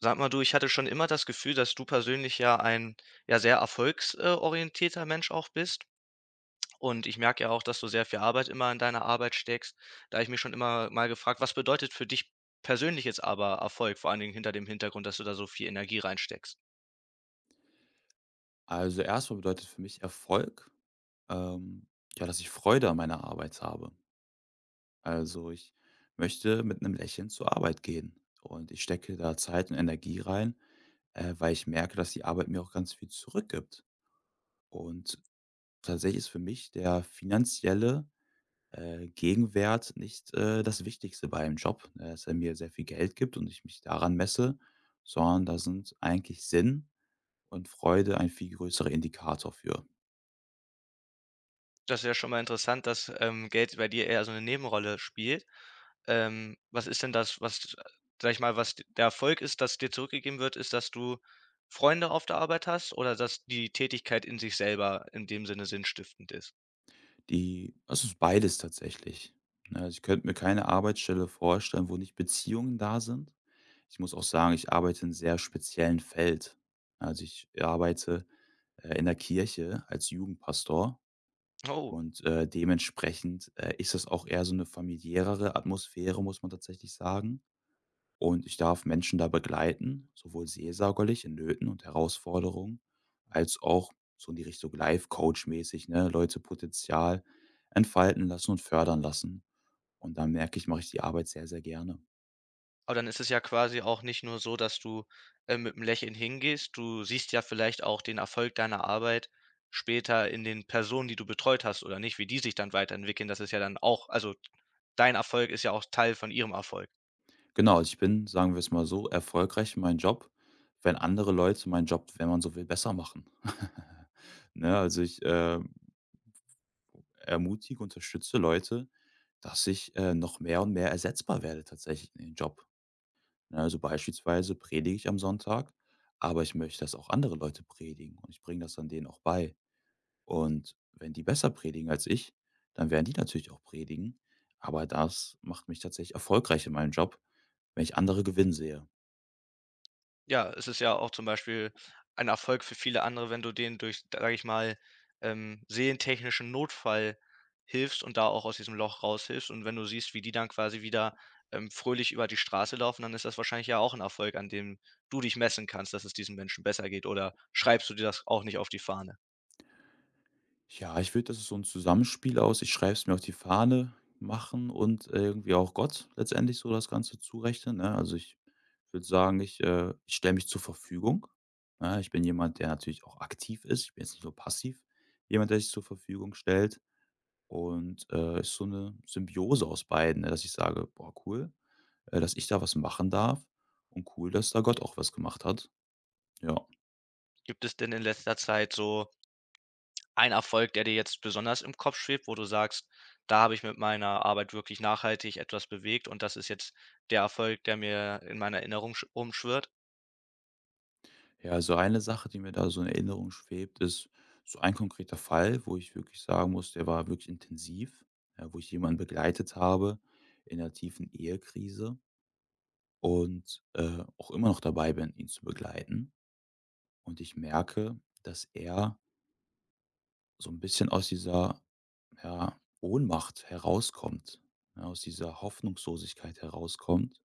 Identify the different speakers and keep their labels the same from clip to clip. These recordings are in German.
Speaker 1: Sag mal du, ich hatte schon immer das Gefühl, dass du persönlich ja ein ja sehr erfolgsorientierter Mensch auch bist. Und ich merke ja auch, dass du sehr viel Arbeit immer in deine Arbeit steckst. Da habe ich mich schon immer mal gefragt, was bedeutet für dich persönlich jetzt aber Erfolg, vor allen Dingen hinter dem Hintergrund, dass du da so viel Energie reinsteckst?
Speaker 2: Also, erstmal bedeutet für mich Erfolg, ähm, ja, dass ich Freude an meiner Arbeit habe. Also, ich möchte mit einem Lächeln zur Arbeit gehen und ich stecke da Zeit und Energie rein, weil ich merke, dass die Arbeit mir auch ganz viel zurückgibt. Und tatsächlich ist für mich der finanzielle, Gegenwert nicht, das Wichtigste bei einem Job, ne, dass er mir sehr viel Geld gibt und ich mich daran messe, sondern da sind eigentlich Sinn und Freude ein viel größerer Indikator für.
Speaker 1: Das ist ja schon mal interessant, dass Geld bei dir eher so eine Nebenrolle spielt. Was ist denn das, was sage ich mal, was der Erfolg ist, das dir zurückgegeben wird, ist, dass du Freunde auf der Arbeit hast oder dass die Tätigkeit in sich selber in dem Sinne sinnstiftend ist?
Speaker 2: Die also es ist beides tatsächlich, ne? Also, ich könnte mir keine Arbeitsstelle vorstellen, wo nicht Beziehungen da sind. Ich muss auch sagen, ich arbeite in einem sehr speziellen Feld. Also, ich arbeite, in der Kirche als Jugendpastor
Speaker 1: Oh,
Speaker 2: und, dementsprechend, ist das auch eher so eine familiärere Atmosphäre, muss man tatsächlich sagen. Und ich darf Menschen da begleiten, sowohl seelsorgerlich in Nöten und Herausforderungen, als auch so in die Richtung Life-Coach-mäßig, ne, Leute Potenzial entfalten lassen und fördern lassen. Und da merke ich, mache ich die Arbeit sehr, sehr gerne.
Speaker 1: aber dann ist es ja quasi auch nicht nur so, dass du, mit einem Lächeln hingehst. Du siehst ja vielleicht auch den Erfolg deiner Arbeit später in den Personen, die du betreut hast oder nicht, wie die sich dann weiterentwickeln. Das ist ja dann auch, also dein Erfolg ist ja auch Teil von ihrem Erfolg.
Speaker 2: Genau, also ich bin, sagen wir es mal so, erfolgreich in meinem Job, wenn andere Leute meinen Job, wenn man so will, besser machen. Ne, also ich ermutige, unterstütze Leute, dass ich noch mehr und mehr ersetzbar werde tatsächlich in den Job. Ne, also beispielsweise predige ich am Sonntag, aber ich möchte, dass auch andere Leute predigen und ich bringe das dann denen auch bei. Und wenn die besser predigen als ich, dann werden die natürlich auch predigen. Aber das macht mich tatsächlich erfolgreich in meinem Job, wenn ich andere gewinnen sehe.
Speaker 1: Ja, es ist ja auch zum Beispiel ein Erfolg für viele andere, wenn du denen durch, sage ich mal, seelentechnischen Notfall hilfst und da auch aus diesem Loch raushilfst. Und wenn du siehst, wie die dann quasi wieder, fröhlich über die Straße laufen, dann ist das wahrscheinlich ja auch ein Erfolg, an dem du dich messen kannst, dass es diesen Menschen besser geht. Oder schreibst du dir das auch nicht auf die Fahne?
Speaker 2: Ja, ich würde, dass es so ein Zusammenspiel aus ich schreibe es mir auf die Fahne machen und irgendwie auch Gott letztendlich so das Ganze zurechnen, ne? Also, ich würde sagen, ich stelle mich zur Verfügung. Ja, ich bin jemand, der natürlich auch aktiv ist. Ich bin jetzt nicht nur passiv. Jemand, der sich zur Verfügung stellt und, ist so eine Symbiose aus beiden, ne, dass ich sage: „Boah, cool, dass ich da was machen darf und cool, dass da Gott auch was gemacht hat.“ Ja.
Speaker 1: Gibt es denn in letzter Zeit so ein Erfolg, der dir jetzt besonders im Kopf schwebt, wo du sagst: „Da habe ich mit meiner Arbeit wirklich nachhaltig etwas bewegt und das ist jetzt der Erfolg, der mir in meiner Erinnerung sch rumschwirrt.“
Speaker 2: Ja, also eine Sache, die mir da so in Erinnerung schwebt, ist so ein konkreter Fall, wo ich wirklich sagen muss, der war wirklich intensiv, ja, wo ich jemanden begleitet habe in der tiefen Ehekrise und auch immer noch dabei bin, ihn zu begleiten. Und ich merke, dass er so ein bisschen aus dieser ja, Ohnmacht herauskommt, ja, aus dieser Hoffnungslosigkeit herauskommt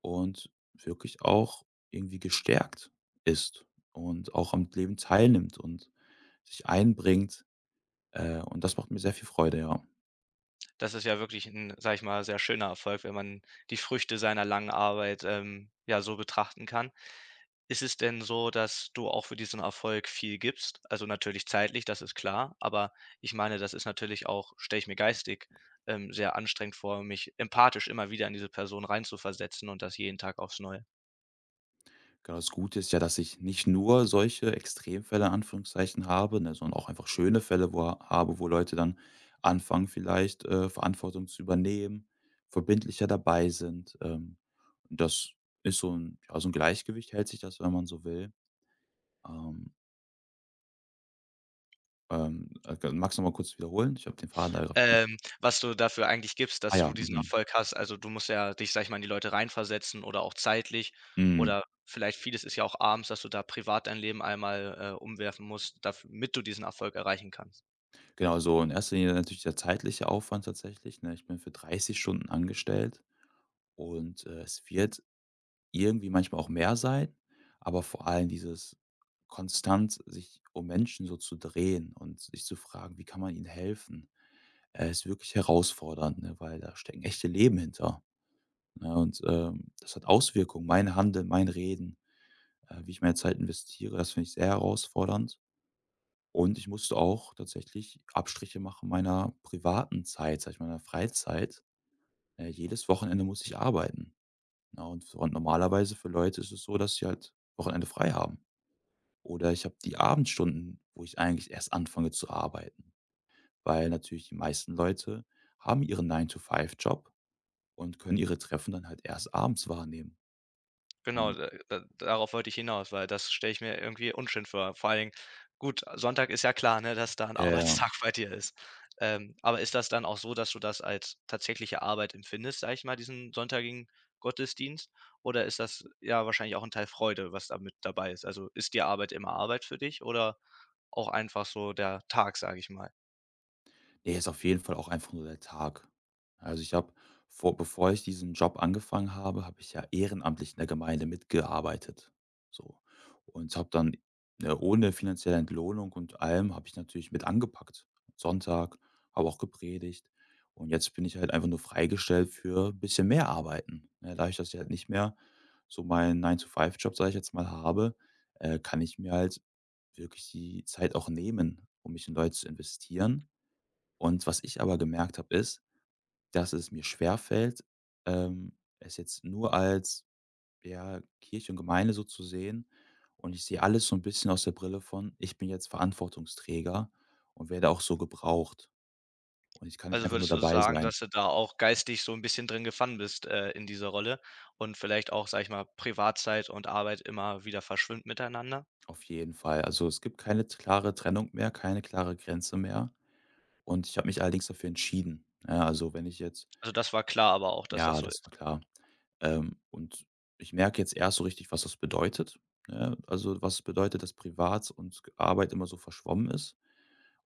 Speaker 2: und wirklich auch irgendwie gestärkt ist und auch am Leben teilnimmt und sich einbringt, und das macht mir sehr viel Freude, ja.
Speaker 1: Das ist ja wirklich ein, sage ich mal, sehr schöner Erfolg, wenn man die Früchte seiner langen Arbeit, ja, so betrachten kann. Ist es denn so, dass du auch für diesen Erfolg viel gibst? Also, natürlich zeitlich, das ist klar, aber ich meine, das ist natürlich auch, stelle ich mir geistig, sehr anstrengend vor, mich empathisch immer wieder in diese Person reinzuversetzen und das jeden Tag aufs Neue.
Speaker 2: Genau, das Gute ist ja, dass ich nicht nur solche Extremfälle in Anführungszeichen habe, ne, sondern auch einfach schöne Fälle wo habe, wo Leute dann anfangen vielleicht, Verantwortung zu übernehmen, verbindlicher dabei sind. Das ist so ein ja, so ein Gleichgewicht hält sich das, wenn man so will. Ähm, magst du noch mal kurz wiederholen? Ich habe den Faden leider verloren.
Speaker 1: Ähm, was du dafür eigentlich gibst,
Speaker 2: Ah
Speaker 1: dass du
Speaker 2: ja,
Speaker 1: diesen
Speaker 2: mhm.
Speaker 1: Erfolg hast. Also, du musst ja dich, sage ich mal, in die Leute reinversetzen oder auch zeitlich
Speaker 2: Mhm.
Speaker 1: oder vielleicht vieles ist ja auch abends, dass du da privat dein Leben einmal, umwerfen musst, damit du diesen Erfolg erreichen kannst.
Speaker 2: Genau, so in erster Linie natürlich der zeitliche Aufwand tatsächlich, ne? Ich bin für 30 Stunden angestellt und, es wird irgendwie manchmal auch mehr sein, aber vor allem dieses konstant sich um Menschen so zu drehen und sich zu fragen: „Wie kann man ihnen helfen?“, ist wirklich herausfordernd, ne, weil da stecken echte Leben hinter, ne? Und, das hat Auswirkungen, mein Handeln, mein Reden, wie ich meine Zeit investiere, das finde ich sehr herausfordernd. Und ich musste auch tatsächlich Abstriche machen meiner privaten Zeit, sage ich mal, meiner Freizeit. Jedes Wochenende muss ich arbeiten. Ja, und, so, und normalerweise für Leute ist es so, dass sie halt Wochenende frei haben. Oder ich habe die Abendstunden, wo ich eigentlich erst anfange zu arbeiten. Weil natürlich die meisten Leute haben ihren nine to five job und können ihre Treffen dann halt erst abends wahrnehmen.
Speaker 1: Genau,
Speaker 2: Und
Speaker 1: da darauf wollte ich hinaus, weil das stelle ich mir irgendwie unschön vor. Vor allen Dingen, gut, Sonntag ist ja klar, ne, dass da ein
Speaker 2: äh,
Speaker 1: Arbeitstag bei dir ist. Aber ist das dann auch so, dass du das als tatsächliche Arbeit empfindest, sage ich mal, diesen sonntägigen Gottesdienst? Oder ist das ja wahrscheinlich auch ein Teil Freude, was da mit dabei ist? Also, ist die Arbeit immer Arbeit für dich oder auch einfach so der Tag, sage ich mal?
Speaker 2: Ne, ist auf jeden Fall auch einfach nur der Tag. Also, ich habe vor bevor ich diesen Job angefangen habe, habe ich ja ehrenamtlich in der Gemeinde mitgearbeitet, so. Und habe dann, ne, ohne finanzielle Entlohnung und allem habe ich natürlich mit angepackt. Sonntag, habe auch gepredigt und jetzt bin ich halt einfach nur freigestellt für ein bisschen mehr Arbeiten, ne? Da ich halt nicht mehr so meinen nine to five Job, sage ich jetzt mal, habe, kann ich mir halt wirklich die Zeit auch nehmen, um mich in Leute zu investieren und was ich aber gemerkt habe, ist, dass es mir schwerfällt, es jetzt nur als, ja, Kirche und Gemeinde so zu sehen. Und ich sehe alles so ein bisschen aus der Brille von: „Ich bin jetzt Verantwortungsträger und werde auch so gebraucht und ich kann nicht
Speaker 1: Also,
Speaker 2: einfach nur
Speaker 1: würdest du
Speaker 2: dabei
Speaker 1: sagen,
Speaker 2: sein.“
Speaker 1: dass du da auch geistig so 'n bisschen drin gefangen bist, in dieser Rolle und vielleicht auch, sage ich mal, Privatzeit und Arbeit immer wieder verschwimmt miteinander?
Speaker 2: Auf jeden Fall. Also, es gibt keine klare Trennung mehr, keine klare Grenze mehr. Und ich habe mich allerdings dafür entschieden, ne? Also, wenn ich jetzt
Speaker 1: Also, das war klar aber auch, dass das
Speaker 2: ja,
Speaker 1: so
Speaker 2: das
Speaker 1: ist.
Speaker 2: war klar. Und ich merke jetzt erst so richtig, was das bedeutet, ne? Also, was es bedeutet, dass Privat und Arbeit immer so verschwommen ist.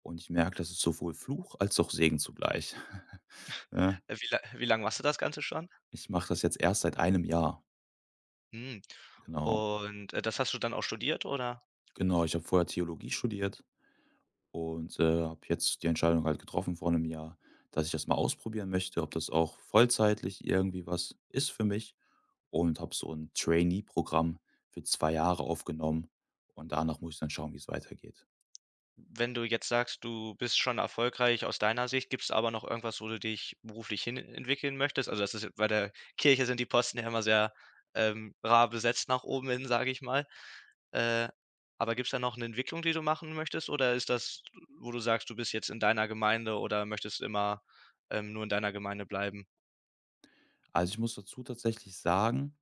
Speaker 2: Und ich merke, das ist sowohl Fluch als auch Segen zugleich. Ne?
Speaker 1: Wie lang machst du das Ganze schon?
Speaker 2: Ich mache das jetzt erst seit einem Jahr.
Speaker 1: Hm.
Speaker 2: Genau.
Speaker 1: Und, das hast du dann auch studiert oder
Speaker 2: Genau, ich habe vorher Theologie studiert und, habe jetzt die Entscheidung halt getroffen vor einem Jahr, dass ich das mal ausprobieren möchte, ob das auch vollzeitlich irgendwie was ist für mich und habe so ein Trainee-Programm für 2 Jahre aufgenommen und danach muss ich dann schauen, wie es weitergeht.
Speaker 1: wenn du jetzt sagst, du bist schon erfolgreich aus deiner Sicht, gibt's aber noch irgendwas, wo du dich beruflich hin entwickeln möchtest? Also, das ist bei der Kirche sind die Posten ja immer sehr, rar besetzt nach oben hin, sage ich mal. Äh, aber gibt es da noch eine Entwicklung, die du machen möchtest, oder ist das, wo du sagst, du bist jetzt in deiner Gemeinde oder möchtest immer, nur in deiner Gemeinde bleiben?
Speaker 2: Also, ich muss dazu tatsächlich sagen,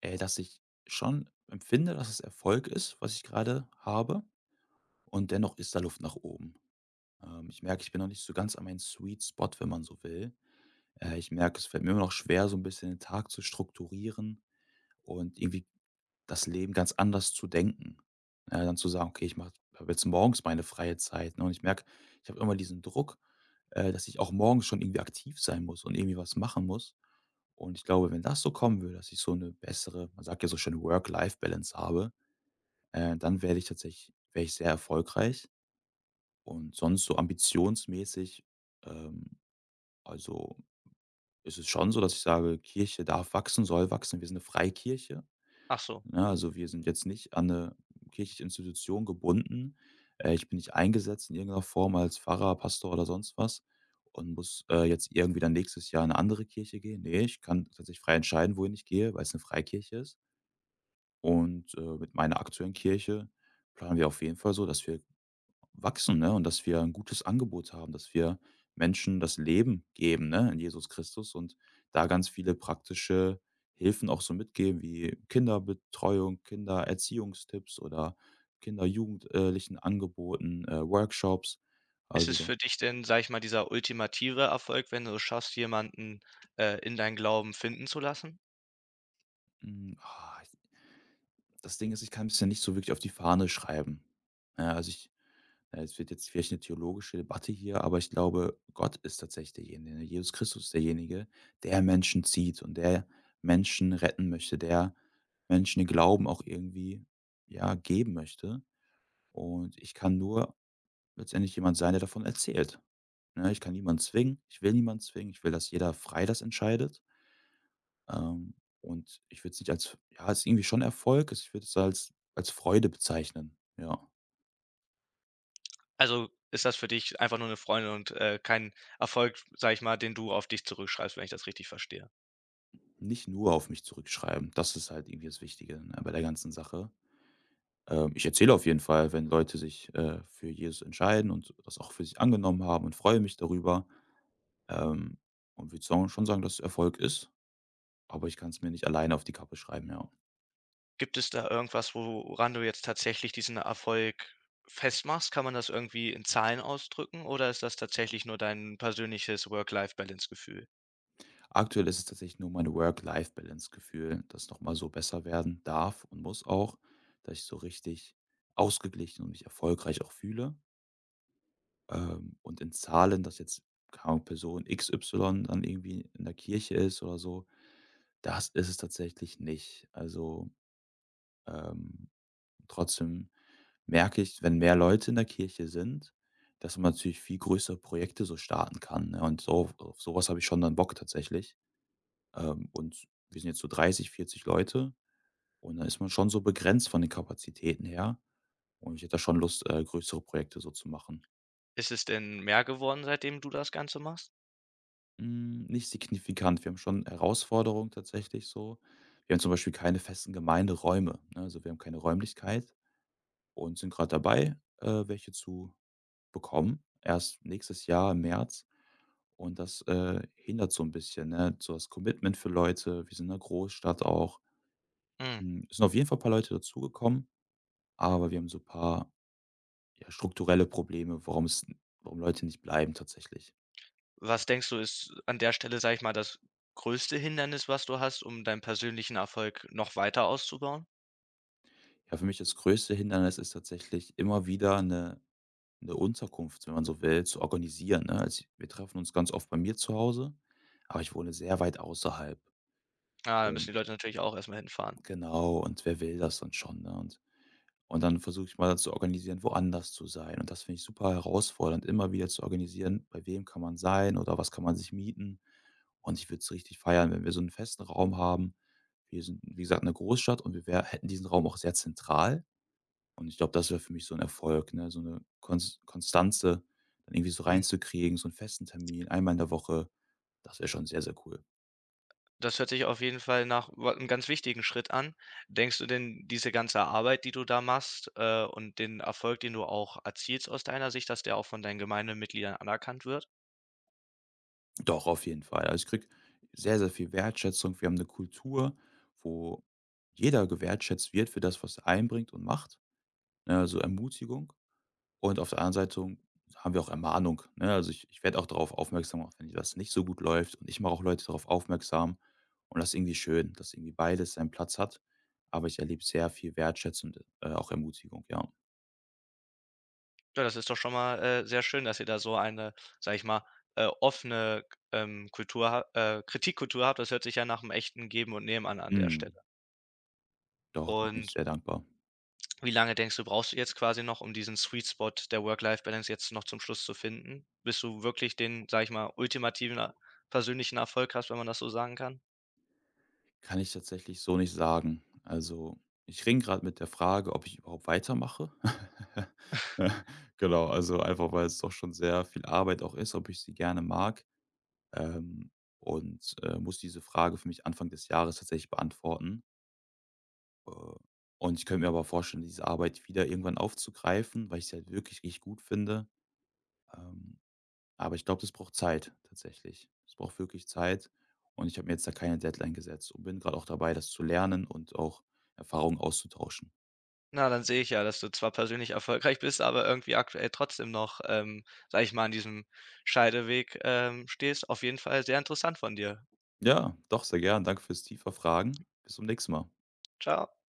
Speaker 2: dass ich schon empfinde, dass es Erfolg ist, was ich gerade habe und dennoch ist da Luft nach oben. Ich merke, ich bin noch nicht so ganz an meinen Sweet Spot, wenn man so will. Ich merke, es fällt mir immer noch schwer, so ein bisschen den Tag zu strukturieren und irgendwie das Leben ganz anders zu denken. Ja, dann zu sagen: „Okay, ich mache jetzt morgens meine freie Zeit“, ne, und ich merke, ich habe immer diesen Druck, dass ich auch morgens schon irgendwie aktiv sein muss und irgendwie was machen muss. Und ich glaube, wenn das so kommen würde, dass ich so eine bessere man sagt ja so schön Work-Life-Balance habe, dann werde ich tatsächlich wäre ich sehr erfolgreich. Und sonst so ambitionsmäßig, ähm also, ist es schon so, dass ich sage: „Kirche darf wachsen, soll wachsen. Wir sind eine freie Kirche.“
Speaker 1: Ach so,
Speaker 2: Ne,
Speaker 1: mhm.
Speaker 2: also wir sind jetzt nicht an eine kirchliche Institution gebunden. Ich bin nicht eingesetzt in irgendeiner Form als Pfarrer, Pastor oder sonst was und muss, jetzt irgendwie dann nächstes Jahr in 'ne andere Kirche gehen. Ne, ich kann tatsächlich frei entscheiden, wohin ich gehe, weil es eine Freikirche ist. Und, mit meiner aktuellen Kirche planen wir auf jeden Fall so, dass wir wachsen, ne? Und dass wir ein gutes Angebot haben, dass wir Menschen das Leben geben, ne, in Jesus Christus und da ganz viele praktische Hilfen auch so mitgeben, wie Kinderbetreuung, Kindererziehungstipps oder Kinder-Jugend Angeboten, Workshops.
Speaker 1: Ist
Speaker 2: Also
Speaker 1: es
Speaker 2: da
Speaker 1: für dich denn, sage ich mal, dieser ultimative Erfolg, wenn du es schaffst, jemanden, in deinen Glauben finden zu lassen?
Speaker 2: hm, ah, ich- das Ding ist, ich kann's mir nicht so wirklich auf die Fahne schreiben. Ja, also ich Es wird jetzt vielleicht eine theologische Debatte hier, aber ich glaube, Gott ist tatsächlich derjenige, ne? Jesus Christus ist derjenige, der Menschen zieht und der Menschen retten möchte, der Menschen den Glauben auch irgendwie ja, geben möchte. Und ich kann nur letztendlich jemand sein, der davon erzählt. Ne, ich kann niemanden zwingen, ich will niemanden zwingen, ich will, dass jeder frei das entscheidet. Ähm, und ich würde es nicht als, ja, es ist irgendwie schon Erfolg, ich würde es als, als Freude bezeichnen. Ja.
Speaker 1: Also, ist das für dich einfach nur eine Freundin und, kein Erfolg, sage ich mal, den du auf dich zurückschreibst, wenn ich das richtig verstehe?
Speaker 2: Nicht nur auf mich zurückschreiben. Das ist halt irgendwie das Wichtige, ne, bei der ganzen Sache. Ich erzähle auf jeden Fall, wenn Leute sich, für Jesus entscheiden und das auch für sich angenommen haben und freue mich darüber, ähm, und würde sau schon sagen, dass es Erfolg ist, aber ich kann es mir nicht alleine auf die Kappe schreiben, ja.
Speaker 1: Gibt es da irgendwas, woran du jetzt tatsächlich diesen Erfolg festmachst? Kann man das irgendwie in Zahlen ausdrücken oder ist das tatsächlich nur dein persönliches Work-Life-Balance-Gefühl?
Speaker 2: Aktuell ist es tatsächlich nur mein Work-Life-Balance-Gefühl, das noch mal so besser werden darf und muss auch, dass ich so richtig ausgeglichen und mich erfolgreich auch fühle. Und in Zahlen, dass jetzt, keine Ahnung, Person XY dann irgendwie in der Kirche ist oder so, das ist es tatsächlich nicht. Also, ähm, trotzdem merke ich, wenn mehr Leute in der Kirche sind, dass man natürlich viel größere Projekte so starten kann, ne? Und so auf so habe ich schon dann Bock tatsächlich. Und wir sind jetzt so 30, 40 Leute und dann ist man schon so begrenzt von den Kapazitäten her und ich hätte da schon Lust, größere Projekte so zu machen.
Speaker 1: Ist es denn mehr geworden, seitdem du das Ganze machst?
Speaker 2: Hm, nicht signifikant. Wir haben schon Herausforderungen tatsächlich so. Wir haben zum Beispiel keine festen Gemeinderäume, ne? Also, wir haben keine Räumlichkeit und sind gerade dabei, welche zu bekommen, erst nächstes Jahr im März. Und das, hindert so ein bisschen, ne, so das Commitment für Leute. Wir sind in 'ner Großstadt auch.
Speaker 1: Hm.
Speaker 2: Hm, es sind auf jeden Fall ein paar Leute dazugekommen, aber wir haben so ein paar, ja, strukturelle Probleme, warum Leute nicht bleiben tatsächlich.
Speaker 1: Was denkst du, ist an der Stelle, sage ich mal, das größte Hindernis, was du hast, um deinen persönlichen Erfolg noch weiter auszubauen?
Speaker 2: Ja, für mich das größte Hindernis ist tatsächlich immer wieder eine 'Ne Unterkunft, wenn man so will, zu organisieren, ne? Also, wir treffen uns ganz oft bei mir zu Hause, aber ich wohne sehr weit außerhalb
Speaker 1: Ah, da müssen
Speaker 2: und
Speaker 1: die Leute natürlich auch erst mal hinfahren.
Speaker 2: genau, und wer will das dann schon, ne? Und dann versuche ich mal zu organisieren, woanders zu sein und das finde ich super herausfordernd, immer wieder zu organisieren, bei wem kann man sein oder was kann man sich mieten. Und ich würde es richtig feiern, wenn wir so einen festen Raum haben. Wir sind, wie gesagt, eine Großstadt und wir wär hätten diesen Raum auch sehr zentral. Und ich glaube, das wäre für mich so ein Erfolg, ne, so eine Konstanze dann irgendwie so reinzukriegen, so einen festen Termin einmal in der Woche. Das wäre schon sehr, sehr cool.
Speaker 1: Das hört sich auf jeden Fall nach wa 'nem ganz wichtigen Schritt an. Denkst du denn, diese ganze Arbeit, die du da machst, und den Erfolg, den du auch erzielst aus deiner Sicht, dass der auch von deinen Gemeindemitgliedern anerkannt wird?
Speaker 2: Doch, auf jeden Fall. Also, ich kriege sehr, sehr viel Wertschätzung. Wir haben eine Kultur, wo jeder gewertschätzt wird für das, was er einbringt und macht, ne, also Ermutigung. Und auf der anderen Seite haben wir auch Ermahnung, ne? Also, ich werde auch darauf aufmerksam, auch wenn das nicht so gut läuft und ich mache auch Leute darauf aufmerksam und das ist irgendwie schön, dass irgendwie beides seinen Platz hat, aber ich erlebe sehr viel Wertschätzung und, auch Ermutigung, ja.
Speaker 1: Ja, das ist doch schon mal, sehr schön, dass ihr da so eine, sage ich mal, offene, Kultur ha Kritikkultur habt. Das hört sich ja nach einem echten Geben und Nehmen an der Stelle.
Speaker 2: Mhm. Doch, da bin ich
Speaker 1: Und
Speaker 2: sehr dankbar.
Speaker 1: wie lange denkst du, brauchst du jetzt quasi noch, um diesen Sweet Spot der Work-Life-Balance jetzt noch zum Schluss zu finden, bis du wirklich den, sage ich mal, ultimativen er persönlichen Erfolg hast, wenn man das so sagen kann?
Speaker 2: Kann ich tatsächlich so nicht sagen. Also, ich ringe gerade mit der Frage, ob ich überhaupt weitermache. Genau, also einfach, weil es doch schon sehr viel Arbeit auch ist, ob ich sie gerne mag. ähm, und, muss diese Frage für mich Anfang des Jahres tatsächlich beantworten. Äh, und ich könnte mir aber vorstellen, diese Arbeit wieder irgendwann aufzugreifen, weil ich sie halt wirklich richtig gut finde. Ähm, aber ich glaube, das braucht Zeit tatsächlich. Es braucht wirklich Zeit und ich habe mir jetzt da keine Deadline gesetzt und bin gerade auch dabei, das zu lernen und auch Erfahrungen auszutauschen.
Speaker 1: Na, dann sehe ich ja, dass du zwar persönlich erfolgreich bist, aber irgendwie aktuell trotzdem noch, sage ich mal, an diesem Scheideweg, stehst. Auf jeden Fall sehr interessant von dir.
Speaker 2: Ja, doch, sehr gern. Danke fürs tiefer Fragen. Bis zum nächsten Mal.
Speaker 1: Ciao.